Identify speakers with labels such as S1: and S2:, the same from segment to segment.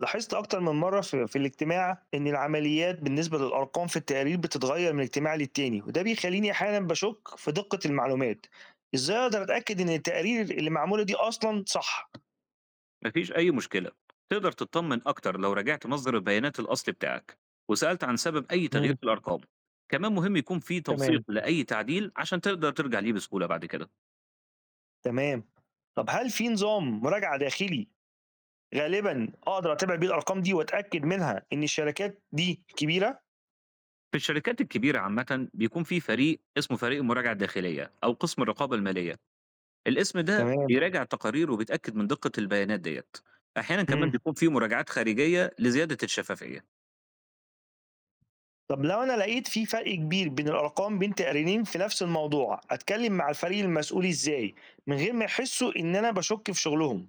S1: لاحظت أكتر من مرّة في الاجتماع إن العمليات بالنسبة للأرقام في التقارير بتتغيّر من اجتماع للتاني، وده بيخلّيني أحيانًا باشُك في دقة المعلومات، إزاي أقدر أتأكد إن التقارير اللي معمولة دي أصلًا صح؟
S2: مفيش أي مشكلة. تقدر تطمن أكتر لو راجعت مصدر البيانات الأصلي بتاعك وسألت عن سبب أي تغيير
S1: إمم،
S2: في الأرقام. كمان مهم يكون في توثيق
S1: تمام.
S2: لأي تعديل عشان تقدر ترجع ليه بسهولة بعد كده.
S1: تمام، طب هل في نظام مراجعة داخلي غالبًا أقدر أتابع بيه الأرقام دي وأتأكد منها إن الشركات دي كبيرة؟
S2: في الشركات الكبيرة عامة بيكون في فريق اسمه فريق المراجعة الداخلية أو قسم الرقابة المالية. الاسم ده
S1: تمام،
S2: بيراجع التقارير وبيتأكد من دقة البيانات ديت. أحيانا كمان
S1: إمم.
S2: بيكون في مراجعات خارجية لزيادة الشفافية.
S1: طب لو أنا لقيت في فرق كبير بين الأرقام بين تقريرين في نفس الموضوع، أتكلم مع الفريق المسؤول إزاي من غير ما يحسوا إن أنا باشُك في شغلهم؟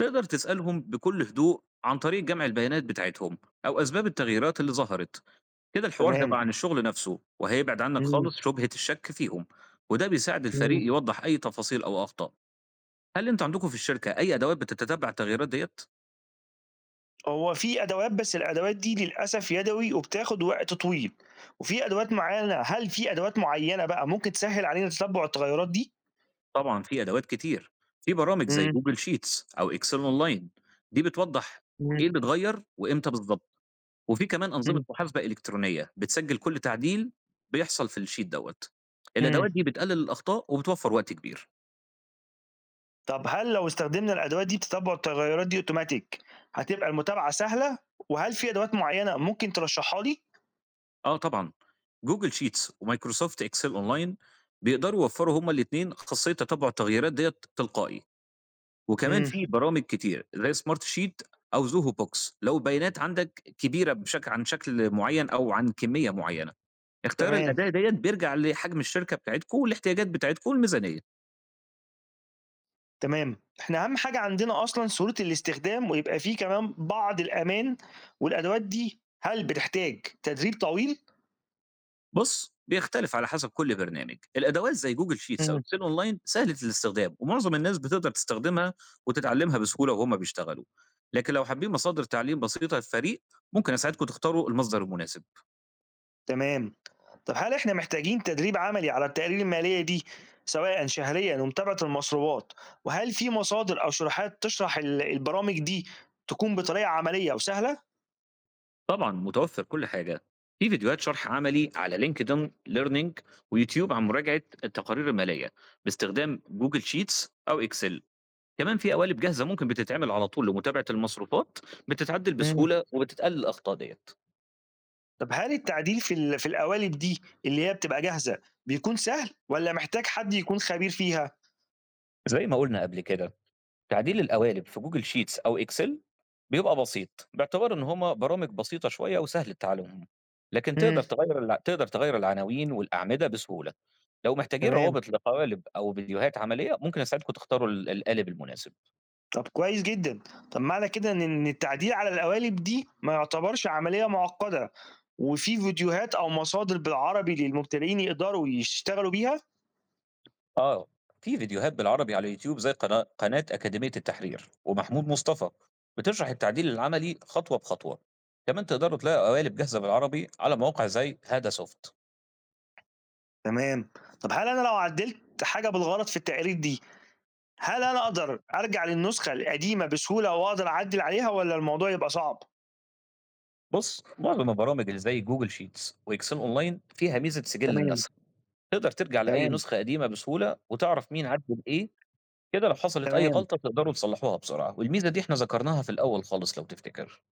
S2: تقدر تسألهم بكل هدوء عن طريق جمع البيانات بتاعتهم أو أسباب التغييرات اللي ظهرت. كده الحوار هيبقى
S1: تمام،
S2: عن الشغل نفسه، وهيبعد عنك
S1: إمم،
S2: خالص شُبهة الشك فيهم، وده بيساعد الفريق
S1: إمم.
S2: يوضّح أي تفاصيل أو أخطاء. هل أنتم عندكم في الشركة أي أدوات بتتتبع التغييرات ديّة؟
S1: هو في أدوات، بس الأدوات دي للأسف يدوي وبتاخد وقت طويل، وفي أدوات معيّنة هل في أدوات معيّنة بقى ممكن تسهّل علينا تتبُّع التغيُّرات دي؟
S2: طبعًا في أدوات كتير، في برامج زي
S1: إمم،
S2: Google Sheets أو Excel Online. دي بتوضّح
S1: إمم،
S2: إيه اللي اتغيّر وإمتى بالضبط، وفي كمان أنظمة
S1: إمم،
S2: محاسبة إلكترونية بتسجّل كل تعديل بيحصل في الsheet دوّة.
S1: إمم.
S2: الأدوات دي بتقلل الأخطاء وبتوفّر وقت كبير.
S1: طب هل لو استخدمنا الأدوات دي بتتبُّع التغيُّرات دي أوتوماتيك هتبقى المتابعة سهلة؟ وهل في أدوات معيّنة ممكن ترشّحها لي؟
S2: آه طبعًا، جوجل شيتس ومايكروسوفت إكسل أونلاين بيقدروا يوفّروا هُم الاتنين خاصية تتبُّع التغييرات ديّة تلقائي، وكمان
S1: إمم،
S2: في برامج كتير زي سمارت شيت أو زوهو بوكس. لو البيانات عندك كبيرة بشك عن شكل معيّن أو عن كمية معيّنة، اختيار
S1: تمام.
S2: الأداة ديّة بيرجع لحجم الشركة بتاعتكم والاحتياجات بتاعتكم والميزانية.
S1: تمام، إحنا أهم حاجة عندنا أصلًا سهولة الاستخدام، ويبقى في كمان بعض الأمان، والأدوات دي هل بتحتاج تدريب طويل؟
S2: بُص، بيختلف على حسب كل برنامج. الأدوات زي Google Sheets أو
S1: إمم،
S2: Excel Online سهلة الاستخدام، ومعظم الناس بتقدر تستخدمها وتتعلمها بسهولة وهُم بيشتغلوا. لكن لو حابين مصادر تعليم بسيطة للفريق، ممكن أساعدكم تختاروا المصدر المناسب.
S1: تمام. طب هل إحنا محتاجين تدريب عملي على التقارير المالية دي سواء شهريًا ومتابعة المصروفات، وهل في مصادر أو شروحات تشرح البرامج دي تكون بطريقة عملية وسهلة؟
S2: طبعًا متوفر كل حاجة، في فيديوهات شرح عملي على LinkedIn Learning وYouTube عن مراجعة التقارير المالية باستخدام Google Sheets أو Excel. كمان في قوالب جاهزة ممكن بتتعمل على طول لمتابعة المصروفات، بتتعدل
S1: إمم.
S2: بسهولة وبتقلل الأخطاء ديّة.
S1: طب هل التعديل في القوالب دي اللي هي بتبقى جاهزة بيكون سهل والّا محتاج حد يكون خبير فيها؟
S2: زي ما قُلنا قبل كده. تعديل القوالب في جوجل شيتس أو إكسل بيبقى بسيط باعتبار إن هما برامج بسيطة شوية وسهل التعلم، لكن
S1: إمم،
S2: تقدر تغير العناوين والأعمدة بسهولة. لو محتاجين
S1: تمام.
S2: روابط لقوالب أو فيديوهات عملية ممكن أساعدكم تختاروا القالب المناسب.
S1: طب كويس جدًا، طب معنى كده إن التعديل على القوالب دي ما يعتبرش عملية معقدة، وفي فيديوهات أو مصادر بالعربي للمبتدئين يقدروا يشتغلوا بيها؟
S2: آه، في فيديوهات بالعربي على يوتيوب زي قناة أكاديمية التحرير ومحمود مصطفى بتشرح التعديل العملي خطوة بخطوة. كمان تقدروا تلاقوا قوالب جاهزة بالعربي على مواقع زي هذا سوفت.
S1: تمام، طب هل أنا لو عدّلت حاجة بالغلط في التقارير دي، هل أنا أقدر أرجع للنسخة القديمة بسهولة وأقدر أعدّل عليها والّا الموضوع يبقى صعب؟
S2: بص، معظم البرامج اللي زي جوجل شيتس واكسل اونلاين فيها ميزه سجل
S1: تمام،
S2: النسخ. تقدر ترجع لاي
S1: تمام،
S2: نسخه قديمه بسهوله وتعرف مين عدل ايه. كده لو حصلت اي
S1: تمام،
S2: غلطه تقدروا تصلحوها بسرعه، والميزه دي احنا ذكرناها في الاول خالص لو تفتكر.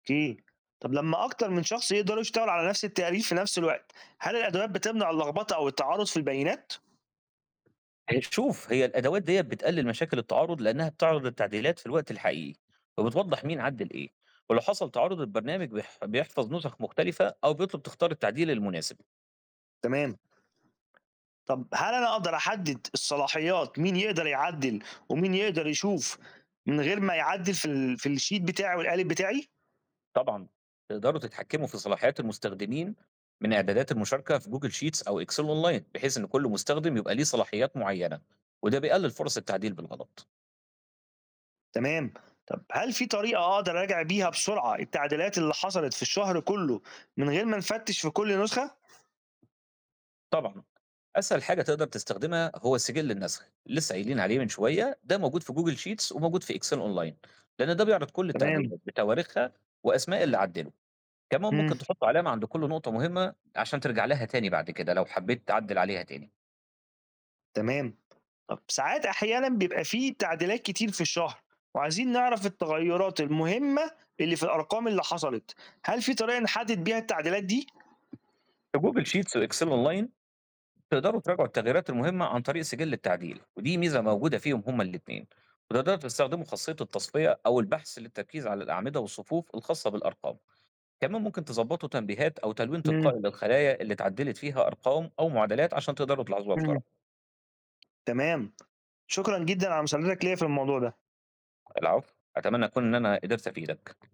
S1: أوكي. طب لمّا أكتر من شخص يقدروا يشتغلوا على نفس التقارير في نفس الوقت، هل الأدوات بتمنع اللخبطة أو التعارض في البيانات؟
S2: يعني شوف، هي الادوات ديت بتقلل مشاكل التعارض لانها بتعرض التعديلات في الوقت الحقيقي وبتوضح مين عدل ايه، ولو حصل تعارض البرنامج بيحفظ نسخ مختلفه او بيطلب تختار التعديل المناسب.
S1: تمام. طب هل أنا أقدر أحدد الصلاحيات مين يقدر يعدّل ومين يقدر يشوف من غير ما يعدّل في الsheet بتاعي والقالب بتاعي؟
S2: طبعًا، تقدروا تتحكموا في صلاحيات المستخدمين من إعدادات المشاركة في Google Sheets أو Excel Online، بحيث إن كل مستخدم يبقى ليه صلاحيات معيّنة، وده بيقلل فرص التعديل بالغلط.
S1: تمام. طب هل في طريقة أقدر أراجع بيها بسرعة التعديلات اللي حصلت في الشهر كُلّه من غير ما نفتّش في كل نسخة؟
S2: طبعًا، أسهل حاجة تقدر تستخدمها هو سجل النسخ، اللي لسه قايلين عليه من شوية، ده موجود في Google Sheets وموجود في Excel Online، لأن ده بيعرض كل
S1: تمام،
S2: التعديلات بتواريخها وأسماء اللي عدّلوا. كمان
S1: إمم،
S2: ممكن تحطوا علامة عند كل نقطة مهمة عشان ترجع لها تاني بعد كده لو حبيت تعدّل عليها تاني.
S1: تمام. طب ساعات أحيانًا بيبقى في تعديلات كتير في الشهر وعايزين نعرف التغيُّرات المهمة اللي في الأرقام اللي حصلت، هل في طريقة نحدد بيها التعديلات دي؟
S2: في Google Sheets وExcel Online تقدروا تراجعوا التغييرات المهمة عن طريق سجل التعديل، ودي ميزة موجودة فيهم هما الاتنين، وتقدروا تستخدموا خاصية التصفية أو البحث للتركيز على الأعمدة والصفوف الخاصة بالأرقام. كمان ممكن تظبطوا تنبيهات أو تلوين
S1: إمم،
S2: تلقائي للخلايا اللي اتعدلت فيها أرقام أو معادلات عشان تقدروا تلاحظوها بسرعة.
S1: إمم، تمام. شكرًا جدًا على مساعدتك ليّا في الموضوع ده.
S2: العفو، أتمنى أكون إن أنا قدرت أفيدك.